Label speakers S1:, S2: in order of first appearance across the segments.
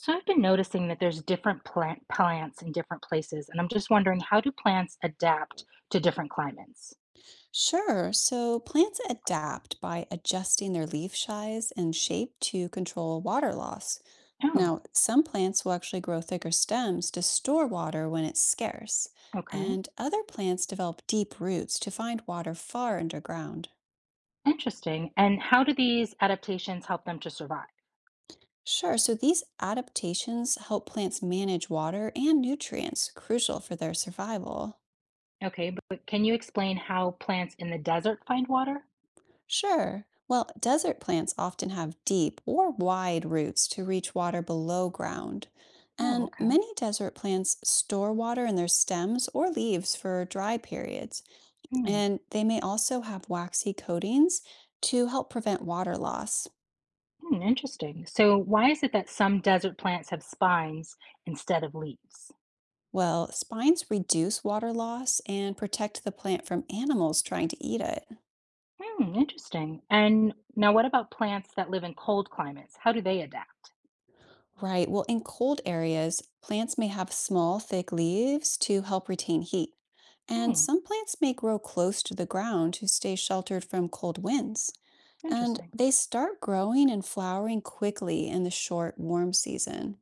S1: So I've been noticing that there's different plants in different places, and I'm just wondering how do plants adapt to different climates?
S2: Sure. So plants adapt by adjusting their leaf size and shape to control water loss.
S1: Oh,
S2: Now, some plants will actually grow thicker stems to store water when it's scarce,
S1: okay.
S2: and other plants develop deep roots to find water far underground.
S1: Interesting. And how do these adaptations help them to survive?
S2: Sure. So these adaptations help plants manage water and nutrients, crucial for their survival.
S1: Okay, but can you explain how plants in the desert find water?
S2: Sure. Well, desert plants often have deep or wide roots to reach water below ground.
S1: No,
S2: And
S1: okay.
S2: many desert plants store water in their stems or leaves for dry periods.
S1: Hmm.
S2: And they may also have waxy coatings to help prevent water loss.
S1: Hmm, interesting. So why is it that some desert plants have spines instead of leaves?
S2: Well, spines reduce water loss and protect the plant from animals trying to eat it.
S1: Hmm, interesting. And now what about plants that live in cold climates? How do they adapt?
S2: Right. Well, in cold areas, plants may have small, thick leaves to help retain heat. And
S1: Hmm,
S2: some plants may grow close to the ground to stay sheltered from cold winds. And
S1: interesting.
S2: they start growing and flowering quickly in the short, warm season.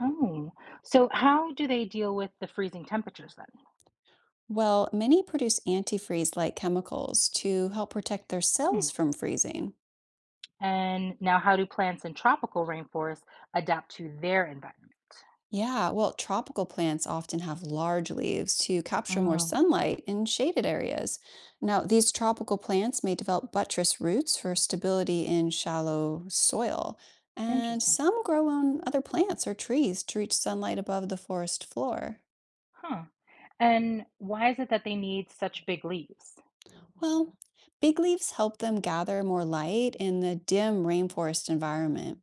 S1: Oh, so how do they deal with the freezing temperatures
S2: Well, many produce antifreeze like chemicals to help protect their
S1: then?
S2: cells from freezing.
S1: Hmm. And now, how do plants in tropical rainforests adapt to their environment?
S2: Yeah, well, tropical plants often have large leaves to capture more
S1: Oh,
S2: sunlight in shaded areas. Now, these tropical plants may develop buttress roots for stability in shallow soil, and
S1: interesting.
S2: some grow on other plants or trees to reach sunlight above the forest floor.
S1: Huh. And why is it that they need such big leaves?
S2: Well, big leaves help them gather more light in the dim rainforest environment.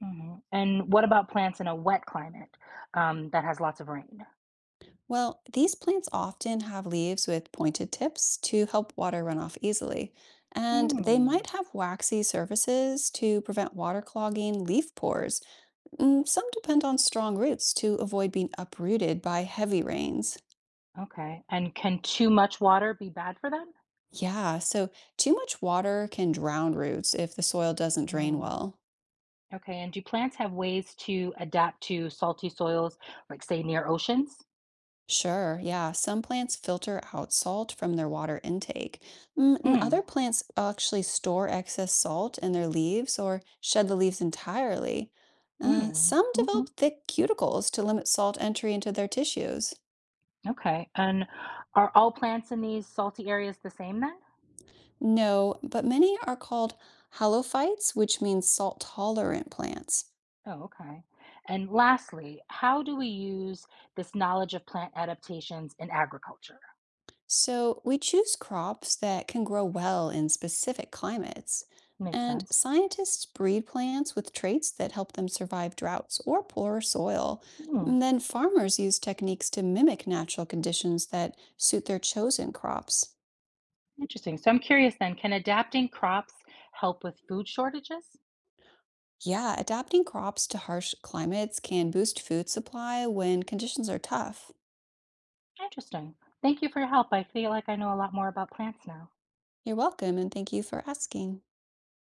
S1: Hmm. And what about plants in a wet climate that has lots of rain?
S2: Well, these plants often have leaves with pointed tips to help water run off easily, and they
S1: Hmm.
S2: might have waxy surfaces to prevent water clogging leaf pores. Mm, some depend on strong roots to avoid being uprooted by heavy rains.
S1: Okay. And can too much water be bad for them?
S2: Yeah, so too much water can drown roots if the soil doesn't drain
S1: Mm.
S2: well.
S1: Okay. And do plants have ways to adapt to salty soils, like, say, near oceans?
S2: Sure, yeah. Some plants filter out salt from their water intake, and
S1: Mm.
S2: other plants actually store excess salt in their leaves or shed the leaves entirely.
S1: Mm,
S2: Some
S1: mhm,
S2: develop thick cuticles to limit salt entry into their tissues.
S1: okay, and are all plants in these salty areas the same then?
S2: No, but many are called halophytes, which means salt tolerant plants.
S1: Oh, okay. And lastly, how do we use this knowledge of plant adaptations in agriculture?
S2: So we choose crops that can grow well in specific climates.
S1: Makes
S2: And
S1: sense.
S2: scientists breed plants with traits that help them survive droughts or poor soil.
S1: Hmm,
S2: And then farmers use techniques to mimic natural conditions that suit their chosen crops.
S1: interesting. So I'm curious then, can adapting crops help with food shortages?
S2: Yeah, adapting crops to harsh climates can boost food supply when conditions are tough.
S1: Interesting. Thank you for your help. I feel like I know a lot more about plants now.
S2: You're welcome, and thank you for asking.